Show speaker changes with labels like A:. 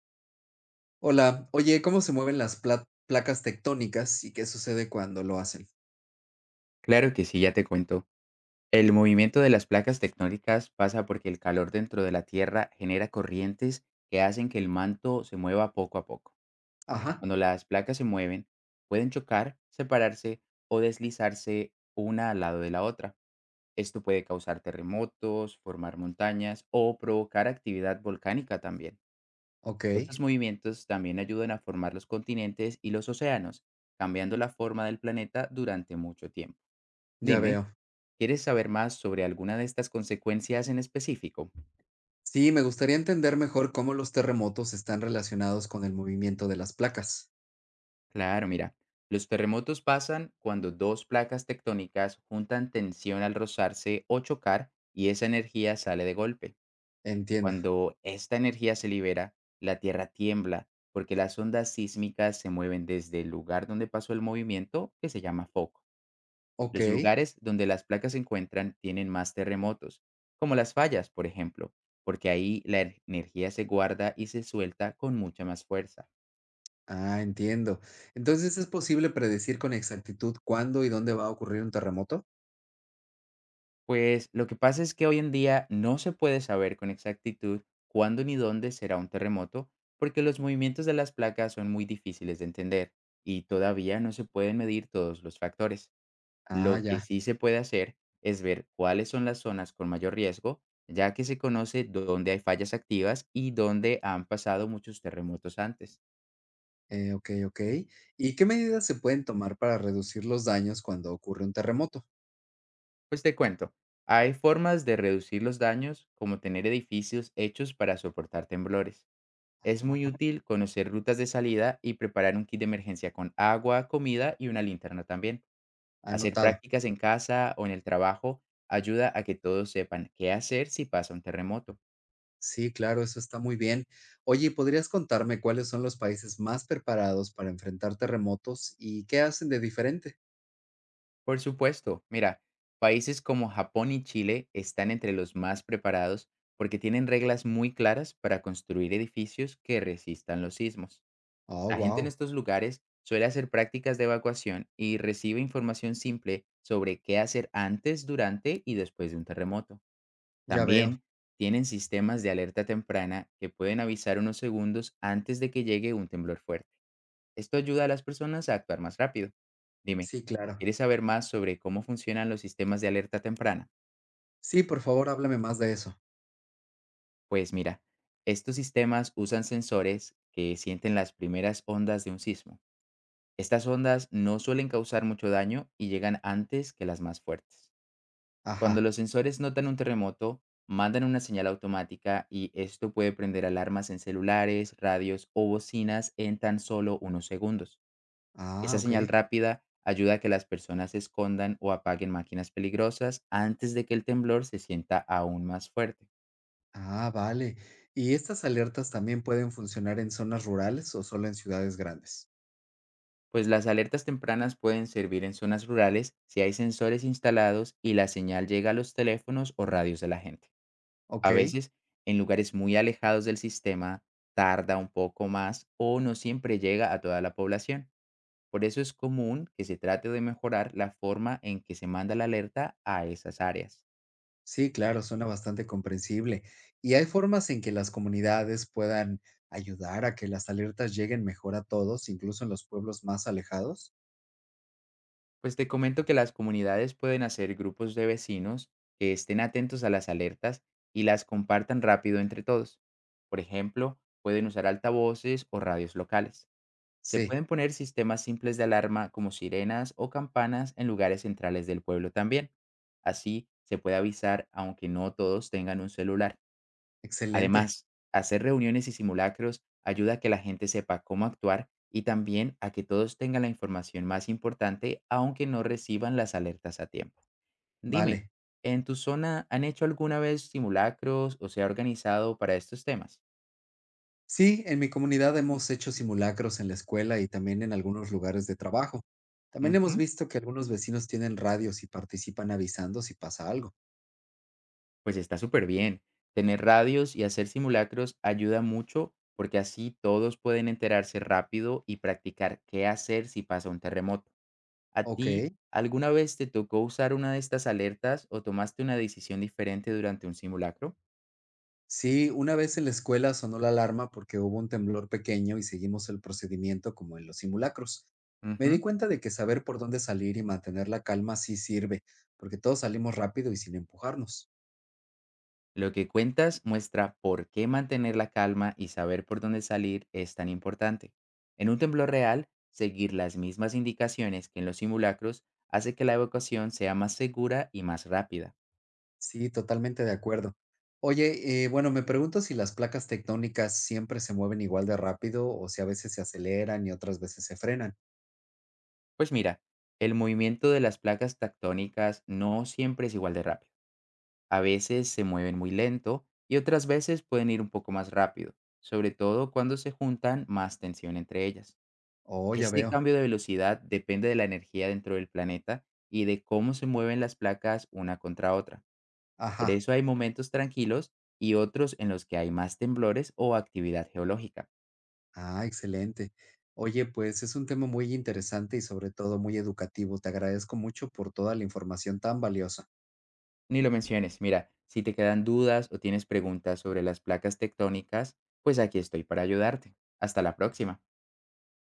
A: Hola, oye, ¿cómo se mueven las placas tectónicas y qué sucede cuando lo hacen?
B: Claro que sí, ya te cuento. El movimiento de las placas tectónicas pasa porque el calor dentro de la Tierra genera corrientes que hacen que el manto se mueva poco a poco.
A: Ajá,
B: Cuando las placas se mueven, pueden chocar, separarse o deslizarse una al lado de la otra. Esto puede causar terremotos, formar montañas o provocar actividad volcánica también.
A: ok,
B: Estos movimientos también ayudan a formar los continentes y los océanos, cambiando la forma del planeta durante mucho tiempo.
A: ya
B: Dime,
A: veo.
B: ¿quieres saber más sobre alguna de estas consecuencias en específico?
A: Sí, me gustaría entender mejor cómo los terremotos están relacionados con el movimiento de las placas.
B: Claro, mira, los terremotos pasan cuando dos placas tectónicas juntan tensión al rozarse o chocar y esa energía sale de golpe.
A: Entiendo,
B: Cuando esta energía se libera, la Tierra tiembla porque las ondas sísmicas se mueven desde el lugar donde pasó el movimiento, que se llama foco.
A: ok,
B: Los lugares donde las placas se encuentran tienen más terremotos, como las fallas, por ejemplo, porque ahí la energía se guarda y se suelta con mucha más fuerza.
A: ah, entiendo. Entonces, ¿es posible predecir con exactitud cuándo y dónde va a ocurrir un terremoto?
B: Pues lo que pasa es que hoy en día no se puede saber con exactitud cuándo ni dónde será un terremoto, porque los movimientos de las placas son muy difíciles de entender y todavía no se pueden medir todos los factores.
A: Ah,
B: Lo que
A: ya,
B: sí se puede hacer es ver cuáles son las zonas con mayor riesgo, ya que se conoce dónde hay fallas activas y dónde han pasado muchos terremotos antes.
A: ok, ok. ¿Y qué medidas se pueden tomar para reducir los daños cuando ocurre un terremoto?
B: Pues te cuento, hay formas de reducir los daños, como tener edificios hechos para soportar temblores. Es muy
A: Ah,
B: útil conocer rutas de salida y preparar un kit de emergencia con agua, comida y una linterna también. Hacer
A: anotado.
B: prácticas en casa o en el trabajo ayuda a que todos sepan qué hacer si pasa un terremoto.
A: Sí, claro, eso está muy bien. Oye, ¿podrías contarme cuáles son los países más preparados para enfrentar terremotos y qué hacen de diferente?
B: Por supuesto, mira, países como Japón y Chile están entre los más preparados porque tienen reglas muy claras para construir edificios que resistan los sismos.
A: Oh,
B: La gente en
A: wow,
B: estos lugares suele hacer prácticas de evacuación y recibe información simple sobre qué hacer antes, durante y después de un terremoto.
A: ya veo.
B: También tienen sistemas de alerta temprana que pueden avisar unos segundos antes de que llegue un temblor fuerte. Esto ayuda a las personas a actuar más rápido. Dime,
A: Sí, claro.
B: ¿quieres saber más sobre cómo funcionan los sistemas de alerta temprana?
A: Sí, por favor, háblame más de eso.
B: Pues mira, estos sistemas usan sensores que sienten las primeras ondas de un sismo. Estas ondas no suelen causar mucho daño y llegan antes que las más fuertes. Cuando
A: Ajá.
B: los sensores notan un terremoto, mandan una señal automática y esto puede prender alarmas en celulares, radios o bocinas en tan solo unos segundos. Esa
A: Ah, ok.
B: señal rápida ayuda a que las personas escondan o apaguen máquinas peligrosas antes de que el temblor se sienta aún más fuerte.
A: Ah, vale. ¿Y estas alertas también pueden funcionar en zonas rurales o solo en ciudades grandes?
B: Pues las alertas tempranas pueden servir en zonas rurales si hay sensores instalados y la señal llega a los teléfonos o radios de la gente.
A: Ok.
B: A veces, en lugares muy alejados del sistema, tarda un poco más o no siempre llega a toda la población. Por eso es común que se trate de mejorar la forma en que se manda la alerta a esas áreas.
A: Sí, claro, suena bastante comprensible. ¿Y hay formas en que las comunidades puedan ayudar a que las alertas lleguen mejor a todos, incluso en los pueblos más alejados?
B: Pues te comento que las comunidades pueden hacer grupos de vecinos que estén atentos a las alertas y las compartan rápido entre todos. Por ejemplo, pueden usar altavoces o radios locales. Se
A: Sí,
B: pueden poner sistemas simples de alarma como sirenas o campanas en lugares centrales del pueblo también. Así se puede avisar aunque no todos tengan un celular.
A: excelente.
B: Además, hacer reuniones y simulacros ayuda a que la gente sepa cómo actuar y también a que todos tengan la información más importante aunque no reciban las alertas a tiempo. Dime,
A: Vale.
B: ¿en tu zona han hecho alguna vez simulacros o se ha organizado para estos temas?
A: Sí, en mi comunidad hemos hecho simulacros en la escuela y también en algunos lugares de trabajo. También
B: Ujú,
A: hemos visto que algunos vecinos tienen radios y participan avisando si pasa algo.
B: pues está súper bien. Tener radios y hacer simulacros ayuda mucho porque así todos pueden enterarse rápido y practicar qué hacer si pasa un terremoto. ¿A ti
A: Ok.
B: alguna vez te tocó usar una de estas alertas o tomaste una decisión diferente durante un simulacro?
A: Sí, una vez en la escuela sonó la alarma porque hubo un temblor pequeño y seguimos el procedimiento como en los simulacros. Me di
B: Ujú.
A: cuenta de que saber por dónde salir y mantener la calma sí sirve, porque todos salimos rápido y sin empujarnos.
B: Lo que cuentas muestra por qué mantener la calma y saber por dónde salir es tan importante. En un temblor real, seguir las mismas indicaciones que en los simulacros hace que la evacuación sea más segura y más rápida.
A: Sí, totalmente de acuerdo. Oye, bueno, me pregunto si las placas tectónicas siempre se mueven igual de rápido o si a veces se aceleran y otras veces se frenan.
B: Pues mira, el movimiento de las placas tectónicas no siempre es igual de rápido. A veces se mueven muy lento y otras veces pueden ir un poco más rápido, sobre todo cuando se juntan más tensión entre ellas.
A: Oh, ya
B: Este
A: veo.
B: cambio de velocidad depende de la energía dentro del planeta y de cómo se mueven las placas una contra otra. Por
A: Ajá.
B: eso hay momentos tranquilos y otros en los que hay más temblores o actividad geológica.
A: Ah, excelente. Oye, pues es un tema muy interesante y sobre todo muy educativo. Te agradezco mucho por toda la información tan valiosa.
B: Ni lo menciones, mira, si te quedan dudas o tienes preguntas sobre las placas tectónicas, pues aquí estoy para ayudarte. Hasta la próxima.